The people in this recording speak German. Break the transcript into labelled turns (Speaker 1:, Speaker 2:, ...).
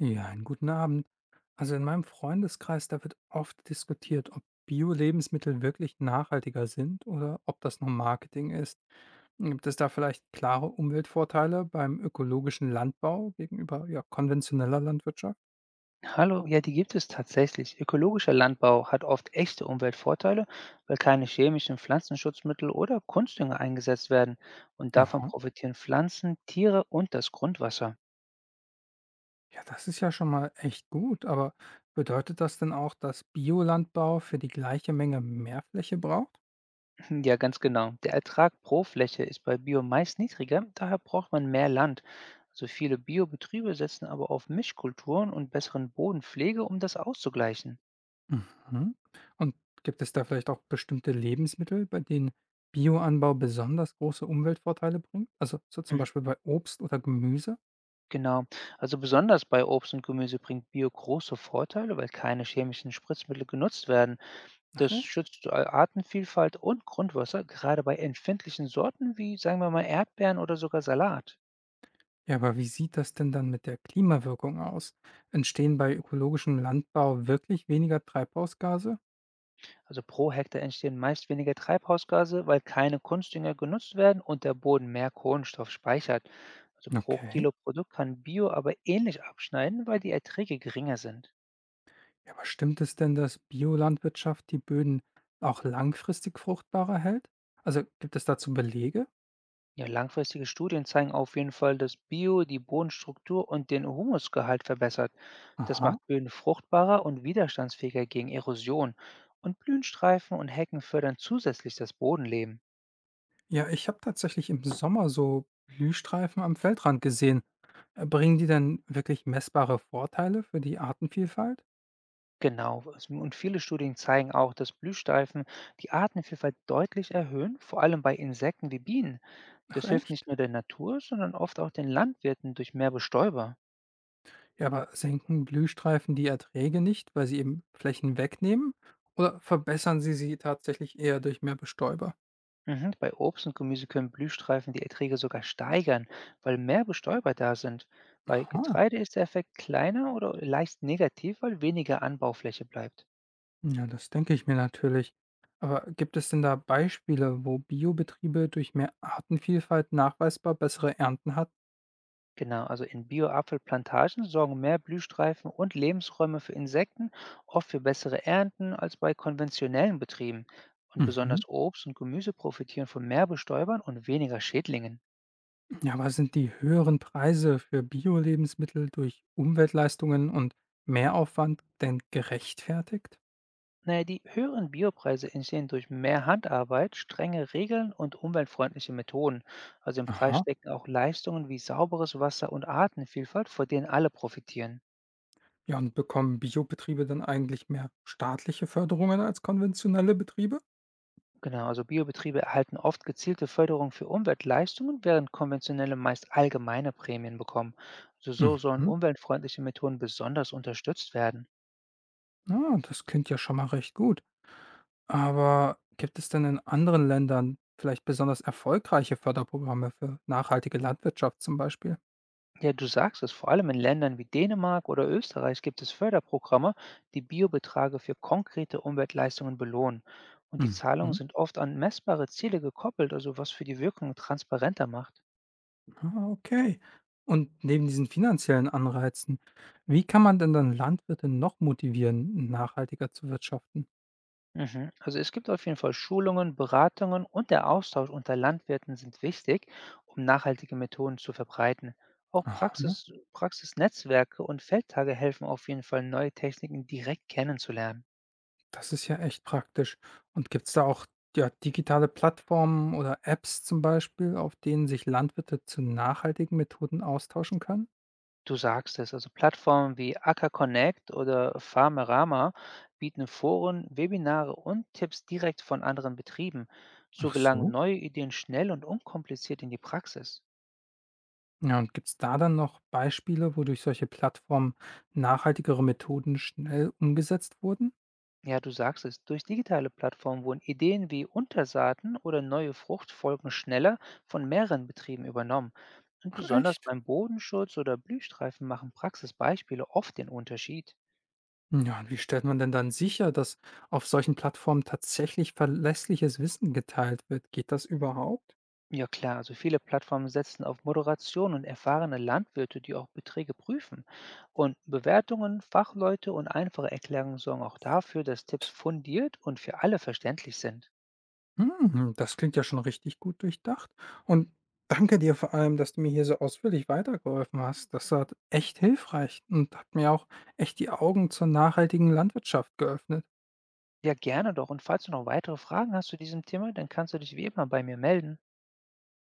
Speaker 1: Ja, einen guten Abend. Also in meinem Freundeskreis, da wird oft diskutiert, ob Bio-Lebensmittel wirklich nachhaltiger sind oder ob das nur Marketing ist. Gibt es da vielleicht klare Umweltvorteile beim ökologischen Landbau gegenüber ja, konventioneller Landwirtschaft?
Speaker 2: Hallo, ja, die gibt es tatsächlich. Ökologischer Landbau hat oft echte Umweltvorteile, weil keine chemischen Pflanzenschutzmittel oder Kunstdünger eingesetzt werden. Und davon
Speaker 1: Aha.
Speaker 2: profitieren Pflanzen, Tiere und das Grundwasser.
Speaker 1: Ja, das ist ja schon mal echt gut, aber bedeutet das denn auch, dass Biolandbau für die gleiche Menge mehr Fläche braucht?
Speaker 2: Ja, ganz genau. Der Ertrag pro Fläche ist bei Bio meist niedriger, daher braucht man mehr Land. Also viele Biobetriebe setzen aber auf Mischkulturen und besseren Bodenpflege, um das auszugleichen.
Speaker 1: Mhm. Und gibt es da vielleicht auch bestimmte Lebensmittel, bei denen Bioanbau besonders große Umweltvorteile bringt? Also so zum
Speaker 2: Mhm,
Speaker 1: Beispiel bei Obst oder Gemüse?
Speaker 2: genau. Also besonders bei Obst und Gemüse bringt Bio große Vorteile, weil keine chemischen Spritzmittel genutzt werden.
Speaker 1: Ach
Speaker 2: Das
Speaker 1: echt?
Speaker 2: schützt A Artenvielfalt und Grundwasser, gerade bei empfindlichen Sorten wie, sagen wir mal, Erdbeeren oder sogar Salat.
Speaker 1: Ja, aber wie sieht das denn dann mit der Klimawirkung aus? Entstehen bei ökologischem Landbau wirklich weniger Treibhausgase?
Speaker 2: Also pro Hektar entstehen meist weniger Treibhausgase, weil keine Kunstdünger genutzt werden und der Boden mehr Kohlenstoff speichert. Also pro
Speaker 1: Okay.
Speaker 2: Kilo Produkt kann Bio aber ähnlich abschneiden, weil die Erträge geringer sind.
Speaker 1: Ja, aber stimmt es denn, dass Biolandwirtschaft die Böden auch langfristig fruchtbarer hält? Also gibt es dazu Belege?
Speaker 2: Ja, langfristige Studien zeigen auf jeden Fall, dass Bio die Bodenstruktur und den Humusgehalt verbessert. Das
Speaker 1: Aha.
Speaker 2: macht Böden fruchtbarer und widerstandsfähiger gegen Erosion. Und Blühenstreifen und Hecken fördern zusätzlich das Bodenleben.
Speaker 1: Ja, ich habe tatsächlich im Sommer so Blühstreifen am Feldrand gesehen. Bringen die denn wirklich messbare Vorteile für die Artenvielfalt?
Speaker 2: Genau. Und viele Studien zeigen auch, dass Blühstreifen die Artenvielfalt deutlich erhöhen, vor allem bei Insekten wie Bienen.
Speaker 1: Ach
Speaker 2: Das hilft nicht
Speaker 1: echt?
Speaker 2: nur der Natur, sondern oft auch den Landwirten durch mehr Bestäuber.
Speaker 1: Ja, aber senken Blühstreifen die Erträge nicht, weil sie eben Flächen wegnehmen? Oder verbessern sie sie tatsächlich eher durch mehr Bestäuber?
Speaker 2: Mhm. Bei Obst und Gemüse können Blühstreifen die Erträge sogar steigern, weil mehr Bestäuber da sind. Bei
Speaker 1: Aha.
Speaker 2: Getreide ist der Effekt kleiner oder leicht negativ, weil weniger Anbaufläche bleibt.
Speaker 1: Ja, das denke ich mir natürlich. Aber gibt es denn da Beispiele, wo Biobetriebe durch mehr Artenvielfalt nachweisbar bessere Ernten hatten?
Speaker 2: Genau, also in Bio-Apfelplantagen sorgen mehr Blühstreifen und Lebensräume für Insekten oft für bessere Ernten als bei konventionellen Betrieben. Und
Speaker 1: Mhm.
Speaker 2: besonders Obst und Gemüse profitieren von mehr Bestäubern und weniger Schädlingen.
Speaker 1: Ja, aber sind die höheren Preise für Bio-Lebensmittel durch Umweltleistungen und Mehraufwand denn gerechtfertigt?
Speaker 2: Naja, die höheren Biopreise entstehen durch mehr Handarbeit, strenge Regeln und umweltfreundliche Methoden. Also im Preis
Speaker 1: Aha.
Speaker 2: stecken auch Leistungen wie sauberes Wasser und Artenvielfalt, von denen alle profitieren.
Speaker 1: Ja, und bekommen Biobetriebe dann eigentlich mehr staatliche Förderungen als konventionelle Betriebe?
Speaker 2: Genau, also Biobetriebe erhalten oft gezielte Förderung für Umweltleistungen, während konventionelle meist allgemeine Prämien bekommen. Also so sollen
Speaker 1: Mhm.
Speaker 2: umweltfreundliche Methoden besonders unterstützt werden.
Speaker 1: Ah, das klingt ja schon mal recht gut. Aber gibt es denn in anderen Ländern vielleicht besonders erfolgreiche Förderprogramme für nachhaltige Landwirtschaft zum Beispiel?
Speaker 2: Ja, du sagst es, vor allem in Ländern wie Dänemark oder Österreich gibt es Förderprogramme, die Biobeträge für konkrete Umweltleistungen belohnen. Und die Zahlungen
Speaker 1: Mhm.
Speaker 2: sind oft an messbare Ziele gekoppelt, also was für die Wirkung transparenter macht.
Speaker 1: Ah, okay. Und neben diesen finanziellen Anreizen, wie kann man denn dann Landwirte noch motivieren, nachhaltiger zu wirtschaften?
Speaker 2: Mhm. Also es gibt auf jeden Fall Schulungen, Beratungen und der Austausch unter Landwirten sind wichtig, um nachhaltige Methoden zu verbreiten. Auch
Speaker 1: Aha,
Speaker 2: Praxisnetzwerke und Feldtage helfen auf jeden Fall, neue Techniken direkt kennenzulernen.
Speaker 1: das ist ja echt praktisch. Und gibt es da auch ja, digitale Plattformen oder Apps zum Beispiel, auf denen sich Landwirte zu nachhaltigen Methoden austauschen können?
Speaker 2: Du sagst es, also Plattformen wie Acker Connect oder Farmerama bieten Foren, Webinare und Tipps direkt von anderen Betrieben. So
Speaker 1: Ach
Speaker 2: gelangen
Speaker 1: so.
Speaker 2: neue Ideen schnell und unkompliziert in die Praxis.
Speaker 1: Ja, und gibt es da dann noch Beispiele, wodurch solche Plattformen nachhaltigere Methoden schnell umgesetzt wurden?
Speaker 2: Ja, du sagst es, durch digitale Plattformen wurden Ideen wie Untersaaten oder neue Fruchtfolgen schneller von mehreren Betrieben übernommen. Und
Speaker 1: Ach
Speaker 2: besonders
Speaker 1: echt?
Speaker 2: beim Bodenschutz oder Blühstreifen machen Praxisbeispiele oft den Unterschied.
Speaker 1: Ja, und wie stellt man denn dann sicher, dass auf solchen Plattformen tatsächlich verlässliches Wissen geteilt wird? Geht das überhaupt?
Speaker 2: Ja klar, also viele Plattformen setzen auf Moderation und erfahrene Landwirte, die auch Beträge prüfen. Und Bewertungen, Fachleute und einfache Erklärungen sorgen auch dafür, dass Tipps fundiert und für alle verständlich sind.
Speaker 1: Hm, das klingt ja schon richtig gut durchdacht. Und danke dir vor allem, dass du mir hier so ausführlich weitergeholfen hast. Das war echt hilfreich und hat mir auch echt die Augen zur nachhaltigen Landwirtschaft geöffnet.
Speaker 2: Ja, gerne doch. Und falls du noch weitere Fragen hast zu diesem Thema, dann kannst du dich wie immer bei mir melden.